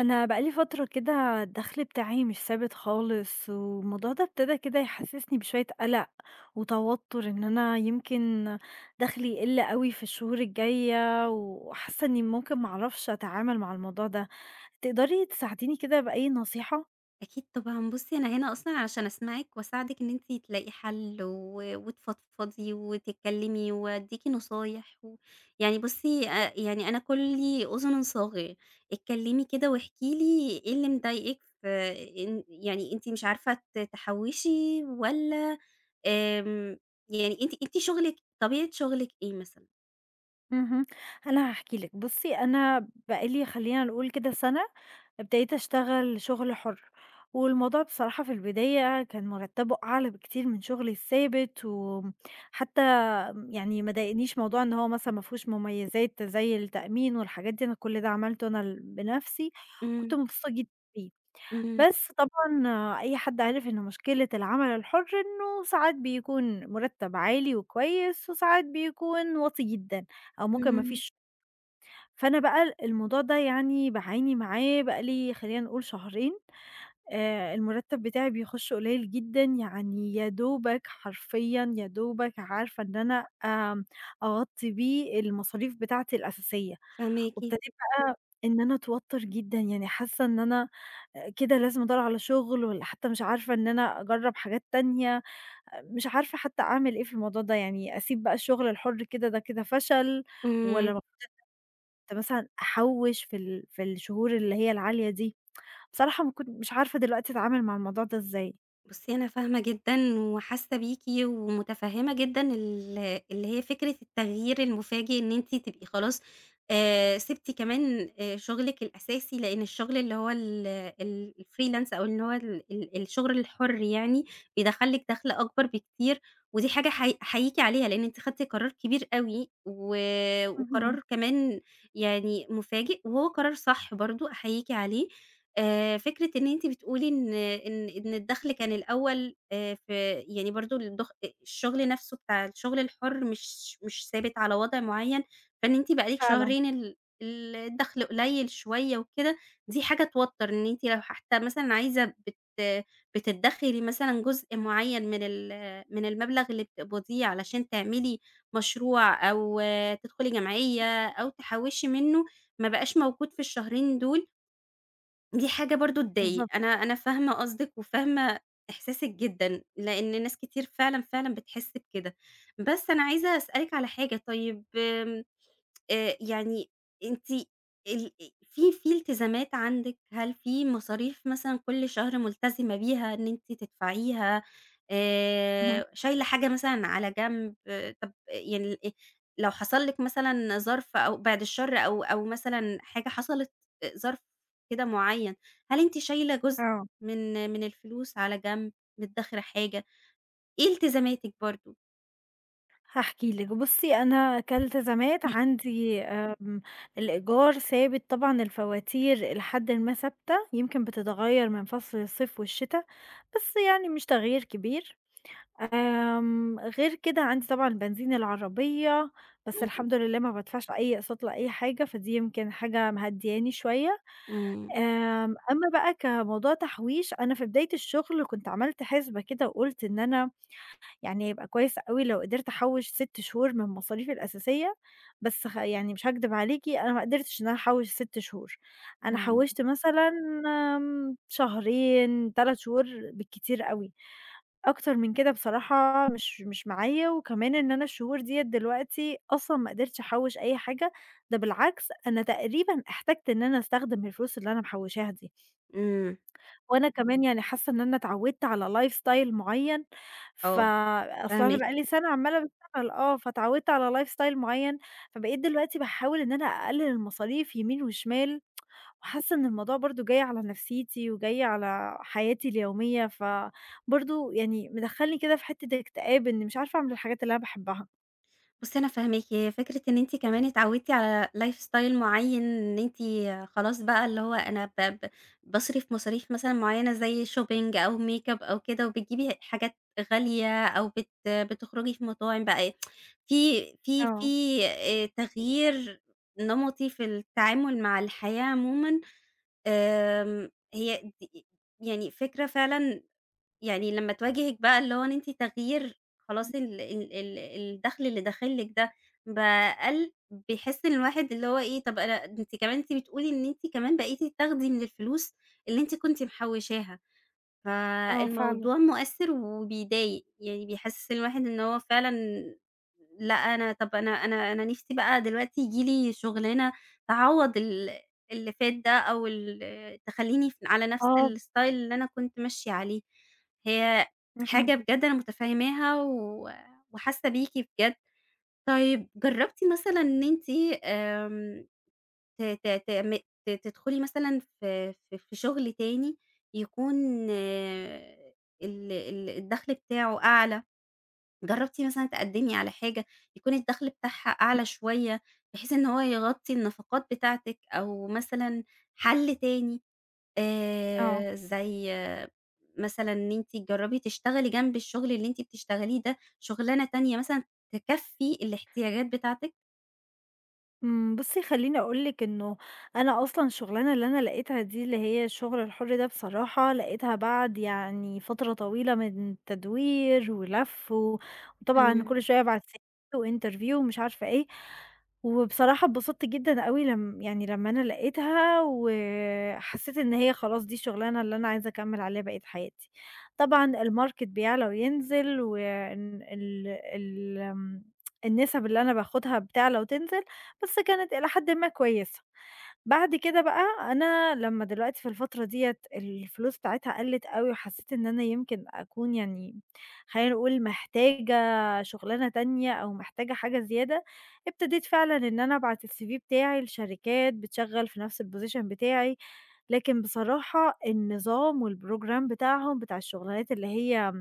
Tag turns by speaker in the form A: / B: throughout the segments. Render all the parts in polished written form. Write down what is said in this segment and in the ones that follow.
A: انا بقالي فتره كده الدخل بتاعي مش ثابت خالص، والموضوع ده ابتدى كده يحسسني بشويه قلق وتوتر ان انا يمكن دخلي يقل قوي في الشهور الجايه، وحاسه اني ممكن معرفش اتعامل مع الموضوع ده. تقدري تساعديني كده باي نصيحه؟
B: أكيد طبعًا، بُصّي أنا هنا أصلًا عشان أسمعِك وأساعدِك إن أنتِ تلاقي حل و وتفضفضي وتتكلّمي وأدّيكِ نصايح يعني بُصّي يعني أنا كُلّي أذن صاغية. اتكلّمي كده واحكي لي إيه اللي مضايقِك في إن يعني أنتِ مش عارفة تحوّشي والّا آمم، يعني أنتِ طبيعة شُغلِك إيه مثلًا؟
A: اهم. أنا هاحكي لِك، بُصّي أنا بقى لي خلّينا نقول كده سَنة ابتديت أشتغل شغل حُر، والموضوع بصراحة في البداية كان مرتّبه أعلى بكتير من شغلي الثابت، وحتى يعني ما ضايقنيش موضوع إن هو مثلًا ما فيهوش مميزات زي التأمين والحاجات دي، أنا كل ده عملته أنا بنَفْسي، كنت
B: إمم،
A: مبسوطة جدًا بيه.
B: إمم،
A: بس طبعًا أي حد عارف إن مشكلة العمل الحُر إنه ساعات بيكون مُرتّب عالي وكويس، وساعات بيكون واطي جدًا أو ممكن ما
B: إمم،
A: فيش. فأنا بقى الموضوع ده يعني باعاني معاه بقى لي خلّينا نقول شهرين. المرتّب بتاعي بيخُش قليل جدًا، يعني يا دوبك حرفيًا يا دوبك عارفة إن أنا أغطّي بيه المصاريف بتاعتي الأساسية،
B: فاهماكِ،
A: وابتديت بقى إن أنا أتوتّر جدًا، يعني حاسّة إن أنا كده لازم أدوّر على شُغل، والّا حتّى مش عارفة إن أنا أجرّب حاجات تانية، مش عارفة حتّى أعمل إيه في الموضوع ده، يعني أسيب بقى الشُغل الحُر كده ده كده فشل، والّا
B: إمم.
A: المفروض مثلًا أحوّش في الشهور اللي هي العالية دي. بصراحة ما كنت مش عارفة دلوقتي أتعامل مع الموضوع ده إزاي.
B: بُصّي، أنا فاهمة جدًا وحاسة بيكِ ومُتفهِّمة جدًا اللي هي فكرة التغيير المفاجئ إن أنتِ تبقي خلاص سِبتِ كمان شُغلِك الأساسي، لإن الشغل اللي هو ال ال الfreelance أو اللي هو ال ال الشغل الحُر يعني بيدخّل لِك دَخْل أكبر بكتير، ودي حاجة أحييكِ عليها، لإن أنتِ خدتِ قرار كبير أوي،
A: اهم.
B: وقرار كمان يعني مفاجئ، وهو قرار صح برضه أحييكِ عليه. فكرة إن أنتِ بتقولي إن الدخل كان الأول، ف يعني برضه الشغل نفسه بتاع الشغل الحُر مش ثابت على وضع معيّن، فإن أنتِ بقى لِك
A: فعلًا.
B: شهرين ال ال الدخل قليل شوية وكده، دي حاجة توتّر. إن أنتِ لو حتى مثلًا عايزة بتدّخري مثلًا جزء معيّن من المبلغ اللي بتقبضيه علشان تعملي مشروع أو آه، تدخلي جمعية أو تحوّشي منّه، ما بقاش موجود في الشهرين دول، دي حاجة برضه تضايق.
A: بالضبط،
B: أنا فاهمة قصدِك وفاهمة إحساسِك جدًا، لإن ناس كتير فعلًا، فعلًا بتحس بكده. بس أنا عايزة أسألِك على حاجة. طيب يعني أنتِ ال في التزامات عندِك، هل في مصاريف مثلًا كل شهر ملتزمة بيها إن أنتِ تدفعيها،
A: اهم.
B: شايلة حاجة مثلًا على جنب، آه، طب يعني لو حصل لِك مثلًا ظرف أو بعد الشر، أو مثلًا حاجة حصلت ظرف كده معيّن، هل أنتِ شايلة جزء
A: آه،
B: من الفلوس على جنب، مدخّرة حاجة، إيه التزاماتِك برضه؟
A: هاحكي لِك. بُصّي، أنا كالتزامات عندي الإيجار ثابت طبعًا، الفواتير إلى حدٍ ما ثابتة، يمكن بتتغيّر من فصل الصيف والشتا، بس يعني مش تغيير كبير. غير كده عندي طبعًا بنزين العربية، بس
B: إمم،
A: الحمد لله ما بادفعش أي أقساط ولا أي حاجة، فدي يمكن حاجة مهدّياني شوية.
B: إمم،
A: أمّا بقى كموضوع تحويش، أنا في بداية الشغل كنت عملت حسبة كده وقُلت إن أنا يعني هيبقى كويس أوي لو قدرت أحوّش 6 شهور من مصاريفي الأساسية، بس يعني مش هاكدب عليكِ، أنا ما قدرتش إن أنا أحوّش 6 شهور، أنا
B: إمم،
A: حوّشت مثلًا شهرين، 3 شهور بالكتير أوي، أكتر من كده بصراحة مش معايا، وكمان إن أنا الشهور ديّة دلوقتي أصلًا ما قدرتش أحوّش أي حاجة، ده بالعكس أنا تقريبًا احتجت إن أنا أستخدم الفلوس اللي أنا محوّشاها دي.
B: إمم،
A: وأنا كمان يعني حاسة إن أنا اتعودت على lifestyle معيّن،
B: آه،
A: فأصل أنا بقى
B: فاهماكِ.
A: لي سنة عمّالة باشتغل آه، فاتعودت على lifestyle معيّن، فبقيت دلوقتي باحاول إن أنا أقلل المصاريف يمين وشمال، وحاسة إن الموضوع برضه جاي على نفسيتي وجاي على حياتي اليومية، فبرضه يعني مدخّلني كده في حتّة اكتئاب إني مش عارفة أعمل الحاجات اللي أنا باحبها.
B: بُصّي أنا فاهماكِ، هي فكرة إن أنتِ كمان اتعودتِ على lifestyle معيّن، إن أنتِ خلاص بقى اللي هو أنا ب ب باصرف مصاريف مثلًا معيّنة زي shopping أو makeup أو كده، وبتجيبي حاجات غالية أو بتخرجي في مطاعم بقى، في في
A: آه،
B: في تغيير نمطي في التعامل مع الحياة عمومًا. هي يعني فكرة فعلًا يعني لمّا تواجهِك بقى اللي هو إن أنتِ تغيير خلاص ال ال ال الدخل اللي داخل لِك ده بقى قَل، بيحس إن الواحد اللي هو إيه، طَب أنا، أنتِ بتقولي إن أنتِ كمان بقيتِ تاخدي من الفلوس اللي أنتِ كنتِ محوّشاها.
A: آه فعلًا.
B: فالموضوع مؤثّر وبيضايق، يعني بيحسّس الواحد إن هو فعلًا لأ، أنا، طَب أنا نِفْسي بقى دلوقتي ييجي لي شُغلانة تعوّض اللي فات ده أو تخلّيني على نَفْس
A: آه،
B: الstyle اللي أنا كنت ماشية عليه. هي
A: اهم.
B: حاجة بجد أنا مُتفهّماها وحاسّة بيكِ بجد. طيب جرّبتِ مثلًا إن أنتِ آمم ت ت تعم ت تدخلي مثلًا في في شغل تاني يكون آآ ال ال الدخل بتاعه أعلى، جرّبتِ مثلًا تقدّمي على حاجة يكون الدخل بتاعها
A: اهم،
B: أعلى شوية، بحيث إن هو يغطّي النفقات بتاعتِك، أو مثلًا حل تاني
A: آه.
B: زي مثلًا إن أنتِ تجرّبي تشتغلي جنب الشغل اللي أنتِ بتشتغليه ده شغلانة تانية مثلًا تكفّي الاحتياجات بتاعتِك؟
A: إمم، بُصّي خلّيني أقول لِك إنه أنا أصلًا الشغلانة اللي أنا لقيتها دي، اللي هي الشغل الحُر ده بصراحة لقيتها بعد يعني فترة طويلة من تدوير ولَف و وطبعًا
B: إمم،
A: كل شوية أبعت CV وinterview ومش عارفة إيه، وبصراحة اتبسطت جدًا أوي لم يعني لمّا أنا لقيتها، وحسيت إن هي خلاص دي الشغلانة اللي أنا عايزة أكمّل عليها بقية حياتي. طبعًا الmarket بيعلى وينزل، وإن ال ال آمم، النِسَب اللي أنا باخدها بتعلى وتنزل، بس كانت إلى حدٍ ما كويسة. بعد كده بقى أنا لمّا دلوقتي في الفترة ديّة الفلوس بتاعتها قَلِّت أوي، وحسّيت إن أنا يمكن أكون يعني خلّينا نقول محتاجة شُغلانة تانية أو محتاجة حاجة زيادة، ابتديت فعلًا إن أنا أبعت الCV بتاعي لشركات بتشغّل في نَفْس الposition بتاعي، لكن بصراحة النظام والprogram بتاعهم بتاع الشغلانات اللي هي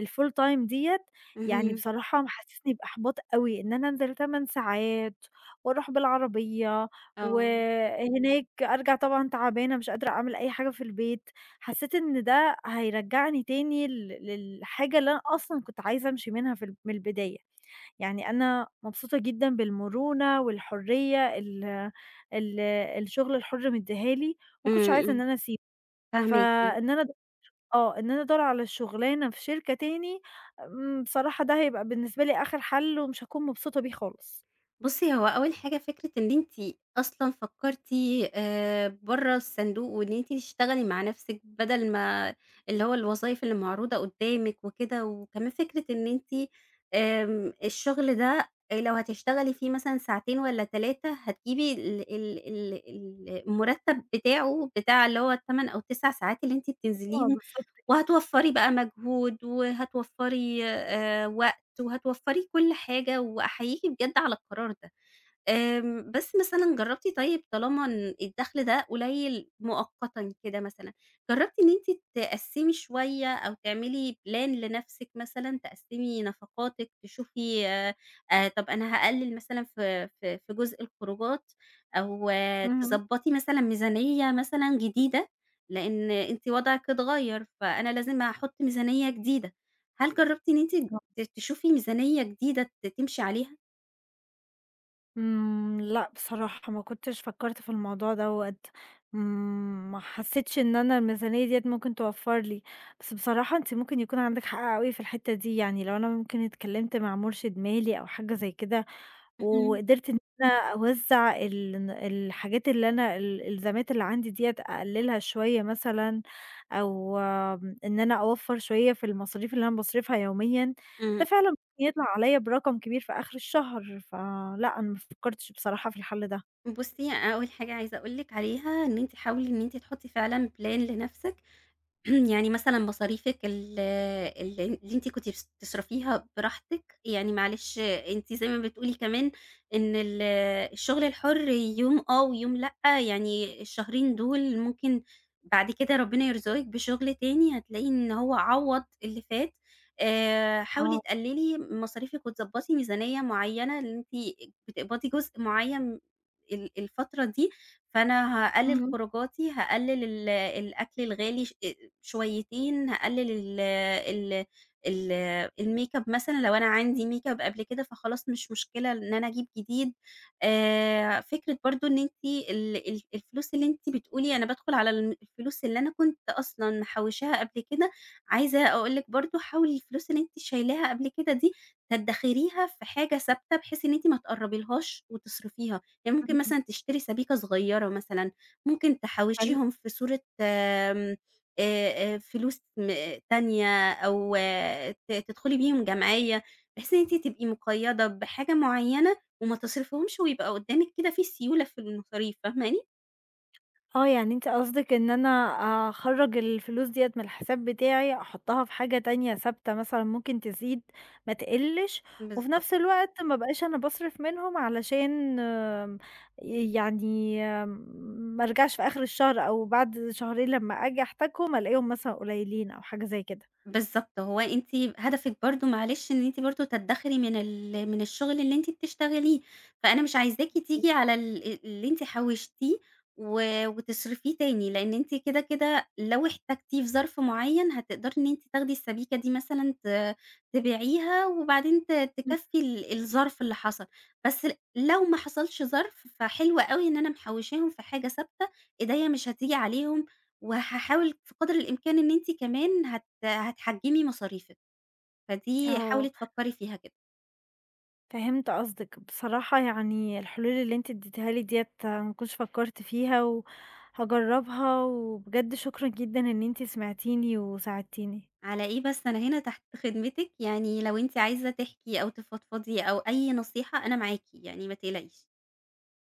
A: الfull time ديّة، يعني
B: اهم،
A: بصراحة محسسني بإحباط أوي، إن أنا أنزل 8 ساعات وأروح بالعربية،
B: آه،
A: وهناك أرجع طبعًا تعبانة مش قادرة أعمل أي حاجة في البيت، حسيت إن ده هيرجعني تاني للحاجة اللي أنا أصلًا كنت عايزة أمشي منها في ال من البداية. يعني أنا مبسوطة جدًا بالمرونة والحرية ال ال الشغل الحُر مدّيها لي، وما كنتش
B: إمم،
A: عايزة إن
B: إمم.
A: أنا أسيبه،
B: فاهماكِ.
A: فإن أنا آه، إن أنا أدوّر على شُغلانة في شركة تاني، بصراحة ده هيبقى بالنسبة لي آخر حَل ومش هاكون مبسوطة بيه خالص.
B: بُصّي، هو أول حاجة فكرة إن أنتِ أصلًا فكّرتِ برّه الصندوق وإن أنتِ تشتغلي مع نَفْسِك بدل ما اللي هو الوظايف اللي معروضة قُدّامِك وكده، وكمان فكرة إن أنتِ، الشغل ده لو هتشتغلي فيه مثلًا ساعتين والّا 3 هتجيبي ال ال ال ال المُرتّب بتاعه، بتاع اللي هو ال8 أو 9 ساعات اللي أنتِ
A: آه،
B: بتنزليهم،
A: بالضبط.
B: وهتوفّري بقى مجهود وهتوفّري وقت. وهتوفّري كل حاجة، وأحييكِ بجد على القرار ده. بس مثلًا جرّبتِ، طيب طالما إن الدخل ده قليل مؤقتًا كده مثلًا، جرّبتِ إن أنتِ تقسّمي شوية أو تعملي plan لنَفْسِك مثلًا، تقسّمي نفقاتِك، تشوفي، طَب أنا هاقلِّل مثلًا في في جزء الخروجات، أو
A: اهم.
B: تضبّطي مثلًا ميزانية مثلًا جديدة، لإن أنتِ وضعِك اتغيّر، فأنا لازم أحُط ميزانية جديدة. هل جرّبتِ إن أنتِ تشوفي ميزانية جديدة تمشي عليها؟
A: إمم، لأ بصراحة ما كنتش فكّرت في الموضوع دوّة، إمم، ما حسّيتش إن أنا الميزانية ديّة ممكن توفّر لي، بس بصراحة أنتِ ممكن يكون عندِك حق أوي في الحتّة دي، يعني لو أنا ممكن اتكلّمت مع مُرشد مالي أو حاجة زي كده
B: اهم،
A: وقدرت إن أنا أوزّع الحاجات اللي أنا الإلزامات اللي عندي ديّة أقلّلها شوية مثلًا، أو إن أنا أوفّر شوية في المصاريف اللي أنا باصرفها يوميًا، ده
B: إمم.
A: فعلًا ممكن يطلع عليَّ برقم كبير في آخر الشهر، فلأ أنا ما فكّرتش بصراحة في الحل ده.
B: إمم، بُصّي أول حاجة عايزة أقول لِك عليها إن أنتِ حاولي إن أنتِ تحطّي فعلًا plan لنفسِك يعني مثلًا مصاريفِك ال ال اللي أنتِ كنتِ بس بتصرفيها براحتِك، يعني معلش أنتِ زي ما بتقولي كمان إن الشغل الحُر يوم آه ويوم لأ، يعني الشهرين دول ممكن بعد كده ربنا يرزقِك بشغل تاني هتلاقي إن هو عوّض اللي فات. حاولي
A: آه،
B: تقلّلي مصاريفِك وتضبّطي ميزانية معيّنة. اللي أنتِ بتقبضي جزء معيّن الفترة دي، فأنا هاقلّل
A: اهم،
B: خروجاتي، هاقلّل الأكل الغالي ش أ شويتين، هاقلل ال ال ال الmakeup مثلًا. لو أنا عندي makeup قبل كده فخلاص مش مشكلة إن أنا أجيب جديد. فكرة برضه إن أنتِ ال ال الفلوس اللي أنتِ بتقولي أنا بادخل على الفلوس اللي أنا كنت أصلًا محوشاها قبل كده، عايزة أقول لِك برضه حاولي الفلوس اللي أنتِ شايلاها قبل كده دي تدخريها في حاجة ثابتة بحيث إن أنتِ ما تقربيلهاش وتصرفيها، يعني ممكن
A: اهم.
B: مثلًا تشتري سبيكة صغيرة مثلًا، ممكن
A: حلو.
B: تحوشيهم في صورة آمم فلوس تانية أو آه، تدخلي بيهم جمعية، بحيث إن أنتِ تبقي مقيّدة بحاجة معيّنة وما تصرفيهمش، ويبقى قدّامِك كده في سيولة في المصاريف، فاهماني؟
A: آه، يعني أنتِ قصدِك إن أنا أخرّج الفلوس ديّة من الحساب بتاعي، أحطّها في حاجة تانية ثابتة مثلًا ممكن تزيد ما تقلّش، وفي
B: بالضبط.
A: نفس الوقت ما أبقاش أنا باصرف منهم علشان آمم، يعني آم، ما أرجعش في آخر الشهر أو بعد شهرين لمّا آجي أحتاجهم ألاقيهم مثلًا قليلين أو حاجة زي كده.
B: بالضبط، هو أنتِ هدفِك برضه معلش إن أنتِ برضه تدخري من من الشغل اللي أنتِ بتشتغليه، فأنا مش عايزاكِ
A: أوكي.
B: تيجي على اللي أنتِ حوشتيه وتصرفيه تاني، لأن أنتِ كده كده لو احتجتيه في ظرف معين هتقدري إن أنتِ تاخدي السبيكة دي مثلًا تبيعيها، وبعدين
A: إمم.
B: تكفي الظرف اللي حصل. بس لو ما حصلش ظرف فحلو أوي إن أنا محوشاهم في حاجة ثابتة، إيديّا مش هتيجي عليهم، وهاحاول في قدر الإمكان إن أنتِ كمان هت ده هتحجمي مصاريفِك، فدي
A: آه.
B: حاولي تفكّري فيها كده.
A: فهمت قصدِك. بصراحة يعني الحلول اللي أنتِ اديتيها لي ديّة ما كنتش فكرت فيها وهاجربها، وبجد شكرًا جدًا إن أنتِ سمعتيني وساعدتيني.
B: على إيه بس، أنا هنا تحت خدمتِك، يعني لو أنتِ عايزة تحكي أو تفضفضي أو أي نصيحة أنا معاكِ، يعني ما تقلقيش.